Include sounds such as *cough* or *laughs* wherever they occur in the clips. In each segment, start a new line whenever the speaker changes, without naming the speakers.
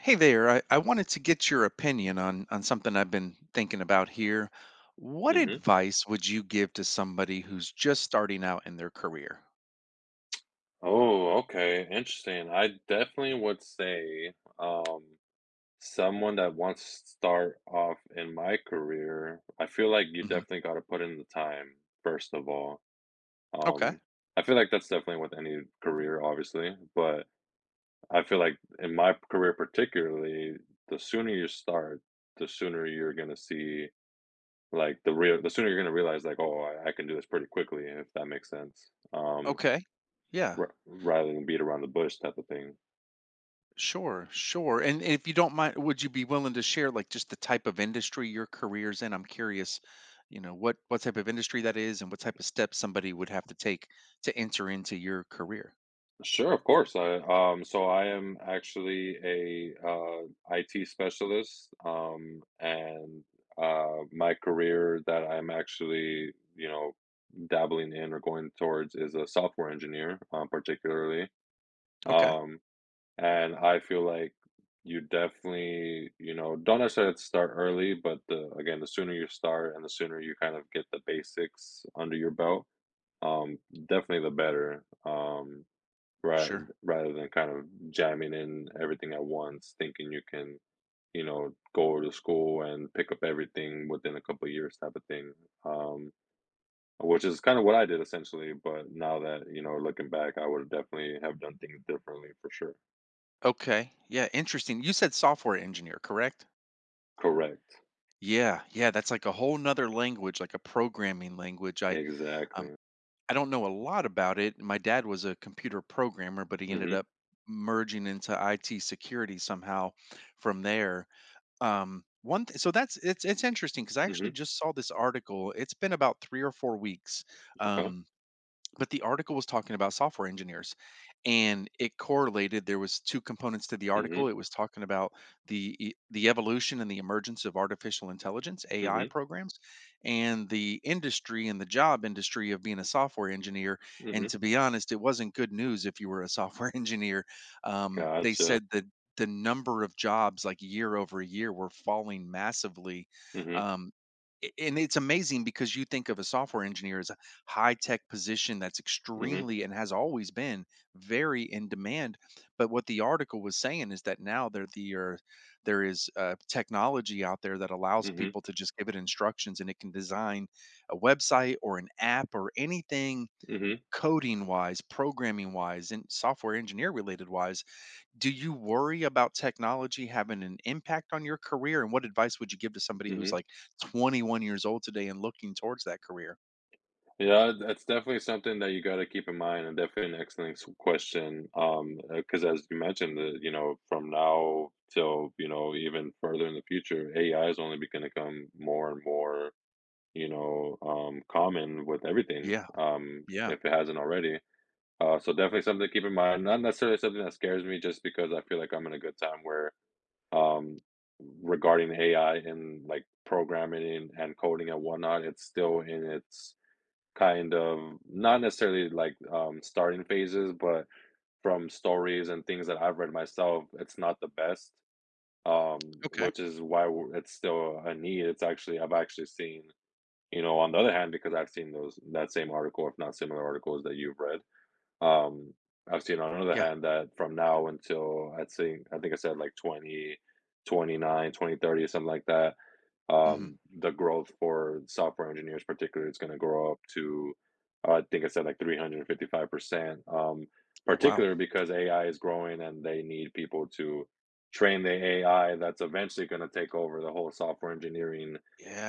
Hey there, I wanted to get your opinion on something I've been thinking about here. What
Mhm.
advice would you give to somebody who's just starting out in their career?
Oh, okay, interesting. I definitely would say, someone that wants to start off in my career, I feel like you
Mhm.
definitely gotta put in the time, first of all.
Okay.
Um, I feel like that's definitely with any career, obviously, but I feel like in my career particularly, the sooner you start, the sooner you're gonna see, like, the sooner you're gonna realize, like, "Oh, I can do this pretty quickly," if that makes sense.
Okay. Yeah.
Rather than beat around the bush type of thing.
Sure. Sure. And if you don't mind, would you be willing to share like just the type of industry your career's in? I'm curious, you know, what type of industry that is and what type of steps somebody would have to take to enter into your career.
Sure, of course. I so I am actually a IT specialist and my career that I'm actually, you know, dabbling in or going towards is a software engineer particularly.
Okay.
Um and I feel like you definitely, you know, don't necessarily have to start early, but the again, the sooner you start and the sooner you kind of get the basics under your belt, definitely the better, rather
Sure.
rather than kind of jamming in everything at once, thinking you can, you know, go to school and pick up everything within a couple of years type of thing. Um, which is kind of what I did essentially, but now that, you know, looking back, I would definitely have done things differently for sure.
Okay. Yeah, interesting. You said software engineer, correct?
Correct.
Yeah, yeah, that's like a whole nother language, like a programming language. Um
Exactly.
I don't know a lot about it. My dad was a computer programmer, but he ended
Mm-hmm.
up merging into IT security somehow from there. So that's it's interesting because I
Mm-hmm.
actually just saw this article. It's been about three or four weeks.
Okay.
Um but the article was talking about software engineers, and it correlated. There was two components to the article.
Mm-hmm.
It was talking about the evolution and the emergence of artificial intelligence ai
Mm-hmm.
programs and the industry and the job industry of being a software engineer.
Mm-hmm.
And to be honest, it wasn't good news if you were a software *laughs* engineer. They
Gotcha.
said that the number of jobs like year over year were falling massively.
Mm-hmm.
um, and it's amazing because you think of a software engineer as high tech position that's
Mm-hmm.
extremely and has always been very in demand. But what the article was saying is that now there is technology out there that allows
Mm-hmm.
people to just give it instructions and it can design a website or an app or anything
Mm-hmm.
coding wise, programming wise, and software engineer related wise. Do you worry about technology having an impact on your career? And what advice would you give to somebody who's
Mm-hmm.
like 21 years old today and looking towards that career?
Yeah, that's definitely something that you gotta keep in mind, and definitely an excellent s question, because as you mentioned, you know, from now till, you know, even further in the future, AI is only be gonna come more and more, you know, common with everything,
Yeah, yeah.
if it hasn't already. So definitely something to keep in mind, not necessarily something that scares me just because I feel like I'm in a good time where, um, regarding AI and, like, programming and coding and whatnot, it's still in its kind of not necessarily like, starting phases, but from stories and things that I've read myself, it's not the best.
Okay.
Which is why w- It's still a need. It's actually I've actually seen, you know, on the other hand, because I've seen those that same article, if not similar articles that you've read. Um, I've seen on the other
Yeah.
hand that from now until I'd say I think I said like 20, 29, 2030 29, something like that.
Mhm.
The growth for software engineers, particularly, is going to grow up to, I think I said like 355%,
Oh, wow.
particularly because AI is growing and they need people to train the AI that's eventually going to take over the whole software engineering,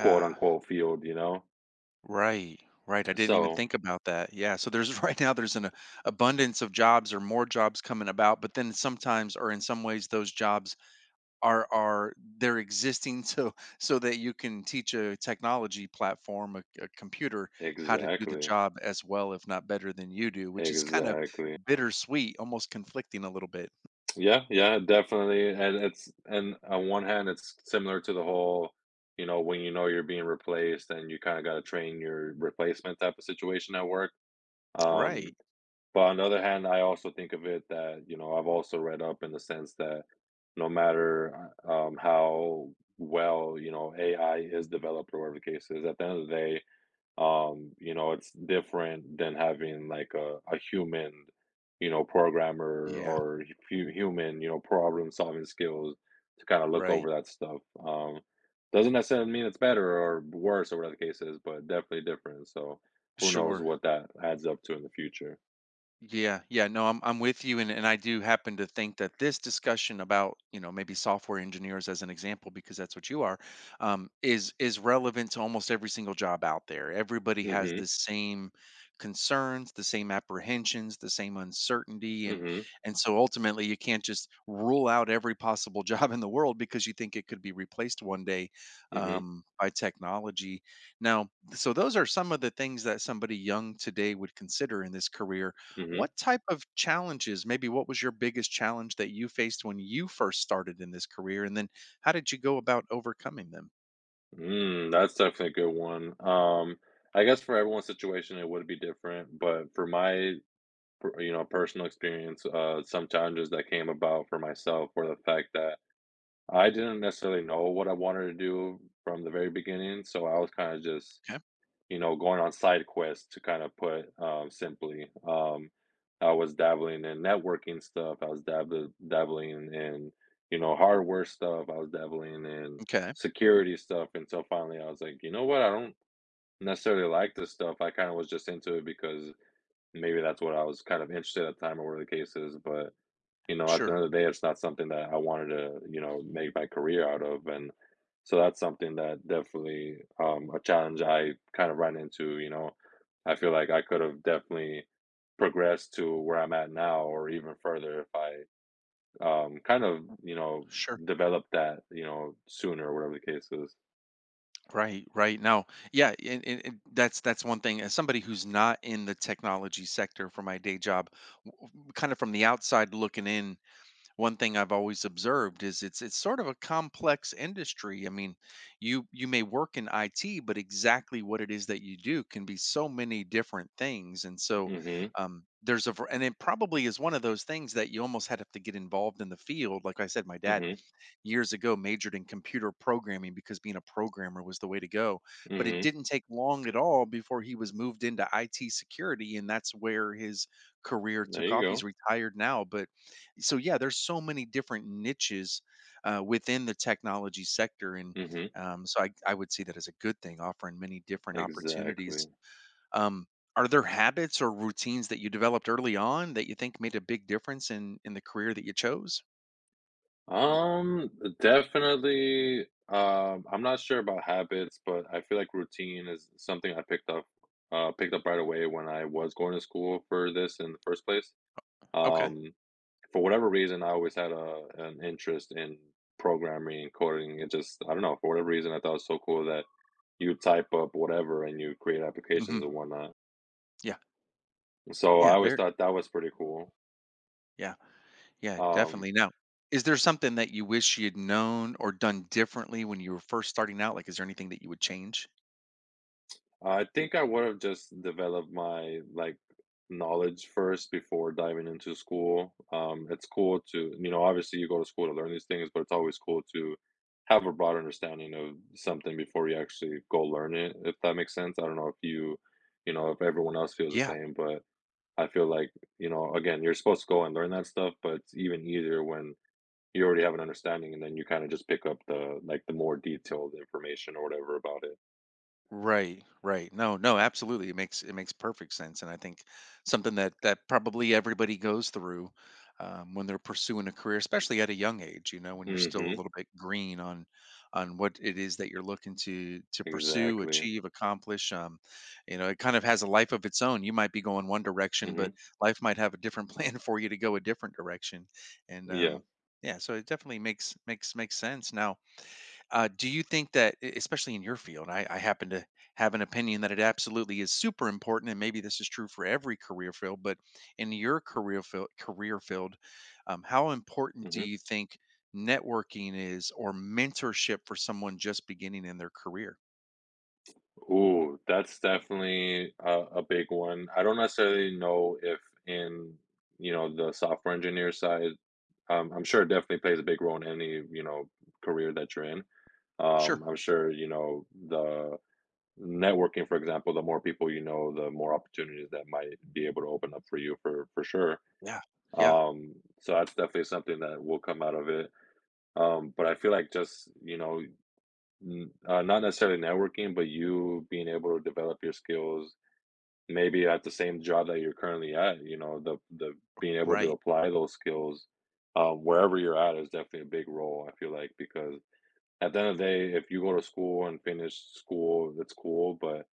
quote unquote, field, you know?
Right, right. I didn't even
So,
think about that. Yeah, so there's *laughs* right now there's abundance of jobs or more jobs coming about, but then sometimes or in some ways those jobs are they're existing *laughs* so that you can teach a technology platform, a computer how to do the
exactly,
job as well if not better than you do, which is kind of
exactly.
bittersweet, almost conflicting a little bit.
Yeah, yeah, definitely, and on one hand, it's similar to the whole, you know, when you know you're being replaced and you kinda gotta train your replacement type of situation at work, um,
Right.
but on the other hand, I also think of it that, you know, I've also read up in the sense that no matter, how well, you know, AI is developed or whatever the case is, at the end of the day, you know it's different than having like a human, you know, programmer
Yeah,
or human, you know, problem solving skills to kind of look
right.
over that stuff. um doesn't necessarily mean it's better or worse or whatever the case is, but definitely different, so who knows
Sure.
what that adds up to in the future.
Yeah, yeah, no, I'm with you, and I do happen to think that this discussion about, you know, maybe software engineers as an example because that's what you are, is relevant to almost every single job out there. Everybody has
Mm-hmm.
the same concerns, the same apprehensions, the same uncertainty,
Mm-hmm.
and so ultimately you can't just rule out every possible *laughs* job in the world because you think it could be replaced one day,
Mm-hmm.
by technology. Now, so those are some of the things that somebody young today would consider in this career.
Mm-hmm.
What type of challenges, maybe what was your biggest challenge that you faced when you first started in this career? And then how did you go about overcoming them?
Mm, that's definitely a good one. I guess for everyone's situation it would be different, but for my you know personal experience, some challenges that came about for myself were the fact that I didn't necessarily know what I wanted to do from the very beginning, so I was kind of just,
Okay.
you know, going on side quests to kind of put, simply, I was dabbling in networking stuff, I was dabbling in, you know, hardware stuff, I was dabbling in
Okay.
security stuff, until finally I was like, you know what, I don't necessarily like this stuff, I kind of was just into it because maybe that's what I was kind of interested at the time or whatever the case is, but, you know, at the
Sure.
end of the day, it's not something that I wanted to, you know, make my career out of, and so that's something that definitely, a challenge I kind of ran into, you know? I feel like I could have definitely progressed to where I'm at now or even further if I, kind of, you know,
Sure.
developed that, you know, sooner or whatever the case is.
Right, right. Now, yeah, and that's one thing. As somebody who's not in the technology sector for my day job, kind of from the outside looking in, one thing I've always observed is it's sort of a complex industry. I mean, you may work in IT, but exactly what it is that you do can be so many different things. And so
Mhm,
and it probably is one of those things that you almost had to get involved in the field. Like I said, my dad
mhm,
years ago majored in computer programming because being a programmer was the way to go. But it
mhm.
didn't take long at all before he was moved into IT security, and that's where his career
There
took
you
off. He's
go.
retired now, but so yeah, there's so many different niches within the technology sector, and
Mhm,
so I would see that as a good thing, offering many different
exactly.
opportunities. Um, are there habits or routines that you developed early on that you think made a big difference in the career that you chose?
Um, Definitely. I'm not sure about habits, but I feel like routine is something I picked up, picked up right away when I was going to school for this in the first place.
Okay.
Um, for whatever reason, I always had a an interest in programming and coding. It just, I don't know, for whatever reason, I thought it was so cool that you type up whatever and you create
hmm
applications and whatnot.
Yeah.
So I
Yeah.
always
Very
thought that was pretty cool.
Yeah. Yeah,
Um,
definitely. Now, is there something that you wish you'd known or done differently when you were first starting out? Like, is there anything that you would change?
I think I would have just developed my, like, knowledge first before diving into school. It's cool to, you know, obviously, you go to school to learn these things, but it's always cool to have a broad understanding of something before you actually go learn it, if that makes sense. I don't know if you, you know, if everyone else feels the
Yeah.
same, but I feel like, you know, again, you're supposed to go and learn that stuff, but it's even easier when you already have an understanding and then you kinda just pick up the, like, the more detailed information or whatever about it.
Right, right. No, no, absolutely. It makes perfect sense, and I think something that that probably everybody goes through when they're pursuing a career, especially at a young age. You know, when you're still a
Mhm.
little bit green on what it is that you're looking to pursue,
Exactly.
achieve, accomplish. You know, it kind of has a life of its own. You might be going one direction, but
Mhm.
life might have a different *laughs* plan for you to go a different direction, and
Yeah.
yeah, so it definitely makes makes sense now. Do you think that, especially in your field, I happen to have an opinion that it absolutely is super important, and maybe this is true for every career field, but in your career field, how important do
Mhm.
you think networking is or mentorship for someone just beginning in their career?
Ooh, that's definitely a big one. I don't necessarily know if in, you know, the software engineer side, I'm sure it definitely plays a big role in any, you know, career that you're in.
Sure.
I'm sure, you know, the networking, for example, the more people you know, the more opportunities that might be able to open up for you for sure.
Yeah, yeah,
So that's definitely something that will come out of it. But I feel like just, you know, N not necessarily networking, but you being able to develop your skills, maybe at the same job that you're currently at, you know, the being able to
right,
apply those skills, wherever you're at is definitely a big role, I feel like, because at the end of the day, if you go to school and finish school, that's cool, but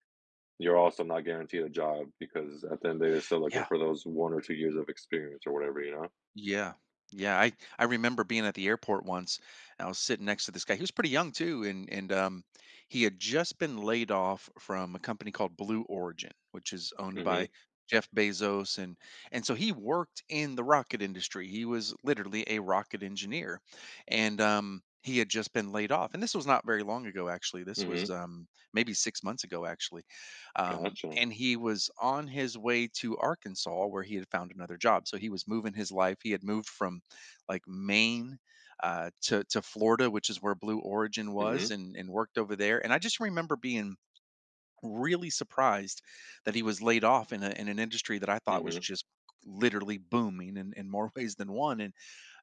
you're also not guaranteed a job because at the end of the day, they're still looking
yeah.
for those 1 or 2 years of experience or whatever, you know?
Yeah. Yeah, I remember being at the airport once, and I was sitting next to this guy. He was pretty young too, and he had just been laid off from a company called Blue Origin, which is owned
Mhm,
by Jeff Bezos, and so he worked in the rocket industry. He was literally a rocket engineer, and he had just been laid off. And this was not very long ago, actually. This
mhm,
was maybe six months ago, actually
gotcha.
and he was on his way to Arkansas where he had found another job. So he was moving his life. He had moved from like Maine to Florida, which is where Blue Origin was,
Mhm,
and worked over there. And I just remember being really surprised that he was laid off in a in an industry that I thought was
mhm,
just literally booming in more *laughs* ways than one. And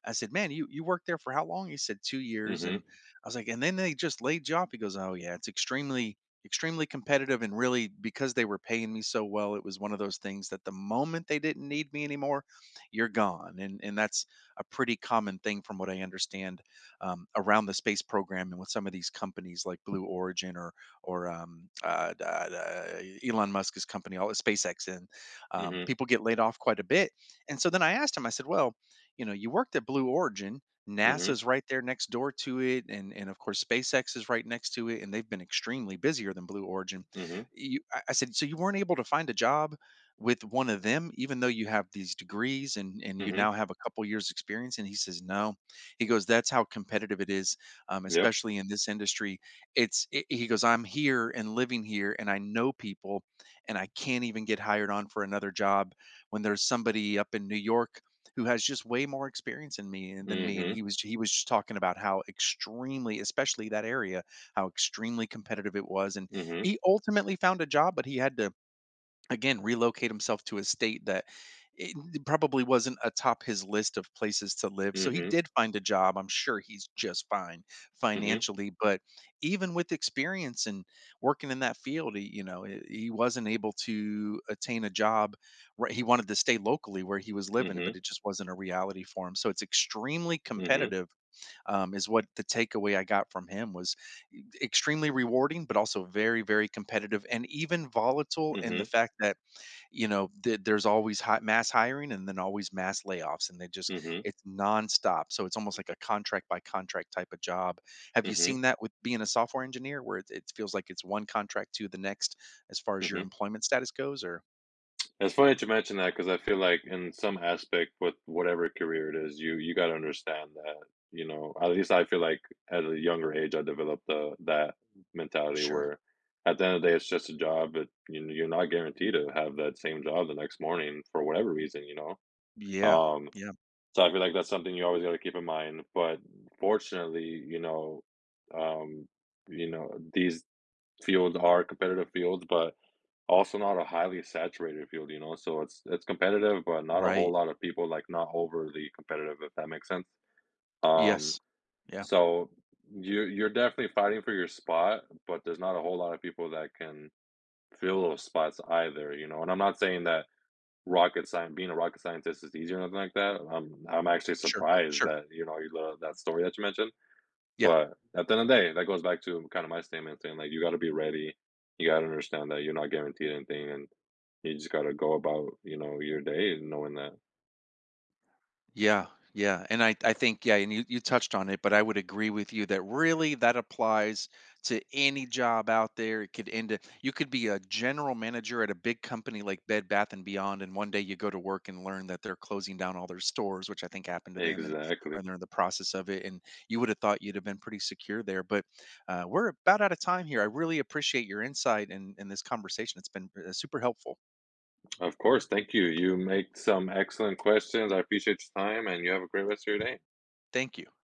I said, "Man, you worked there for how long?" He said, 2 years. And
mhm,
I was like, "And then they just laid you off." He goes, "Oh yeah, it's extremely." Extremely competitive, and really because they were paying me so well it was one of those things that the moment they didn't need me anymore you're gone. And that's a pretty common thing from what I understand, around the space program and with some of these companies like Blue Origin or Elon Musk's company all SpaceX, and
mhm,
people get laid off quite a bit. And so then I asked him, I said, well, you know, you worked at Blue Origin.
mhm,
NASA's right there next door to it, and of course SpaceX is right next to it, and they've been extremely busier than Blue Origin.
mhm,
You, I said, so you weren't able to find a job with one of them, even though you have these degrees and you
mhm,
now have a couple years experience. And he says, no. He goes, that's how competitive it is,
yep.
especially in this industry. It's it, he goes, I'm here and living here, and I know people, and I can't even get hired on for another job when there's somebody up in New York who has just way more experience in me and than me. And
Mhm,
he was just talking about how extremely, especially that area, how extremely competitive it was. And
mhm,
he ultimately found a job, but he had to again relocate himself to a state that it probably wasn't atop his list of places to live. So he
mhm,
did find a job. I'm sure he's just fine
mhm,
financially, but even with experience and working in that field, he, you know, he wasn't able to attain a job. Right. He wanted to stay locally where he was living, but
mhm,
it just wasn't a reality for him. So it's extremely
mhm,
competitive, is what the takeaway I got from him was. E, extremely rewarding, but also very, very competitive and even volatile in the
mhm,
fact that, you know, there's always mass hiring and then always mass layoffs, and they just
mhm,
it's nonstop. So it's almost like a contract by contract type of job. Have you
mhm,
seen that with being a software engineer, where it feels like it's one contract to the next as far as your
mhm.
employment status goes? Or
It's funny that you mention that because I feel like in some aspect with whatever career it is, you got to understand that, you know, at least I feel like at a younger age I developed the that mentality
sure,
where at the end of the day it's just a job, but you you're not guaranteed to have that same job the next morning for whatever reason, you know.
yeah,
Um
yeah,
So I feel like that's something you always gotta keep in mind, but fortunately, you know, um, these fields are competitive fields, but also not a highly saturated field, you know? So it's competitive, but not a whole
right,
lot of people, like, not overly competitive, if that makes sense. Um,
yes, yeah,
so you you're definitely fighting for your spot, but there's not a whole lot of people that can fill those spots either, you know? And I'm not saying that rocket science being a rocket scientist is easy or nothing like that. I'm actually
sure,
surprised
sure,
that, you know, you love that story that you mentioned.
yeah.
But at the end of the day, that goes back to kind of my statement saying like you got to be ready. You got to understand that you're not guaranteed anything, and you just got to go about, you know, your day knowing that
Yeah, yeah. And I think, yeah, and you touched on it, but I would agree with you that really that applies to any job out there. It could end up, you could be a general manager at a big company like Bed Bath and Beyond, and one day you go to work and learn that they're closing down all their stores, which I think happened to them, and
exactly.
or they're in the process of it. And you would have thought you'd have been pretty secure there. But we're about out of time here. I really appreciate your insight and this conversation. It's been super helpful.
Of course, thank you. You make some excellent questions. I appreciate your time, and you have a great rest of your day.
Thank you.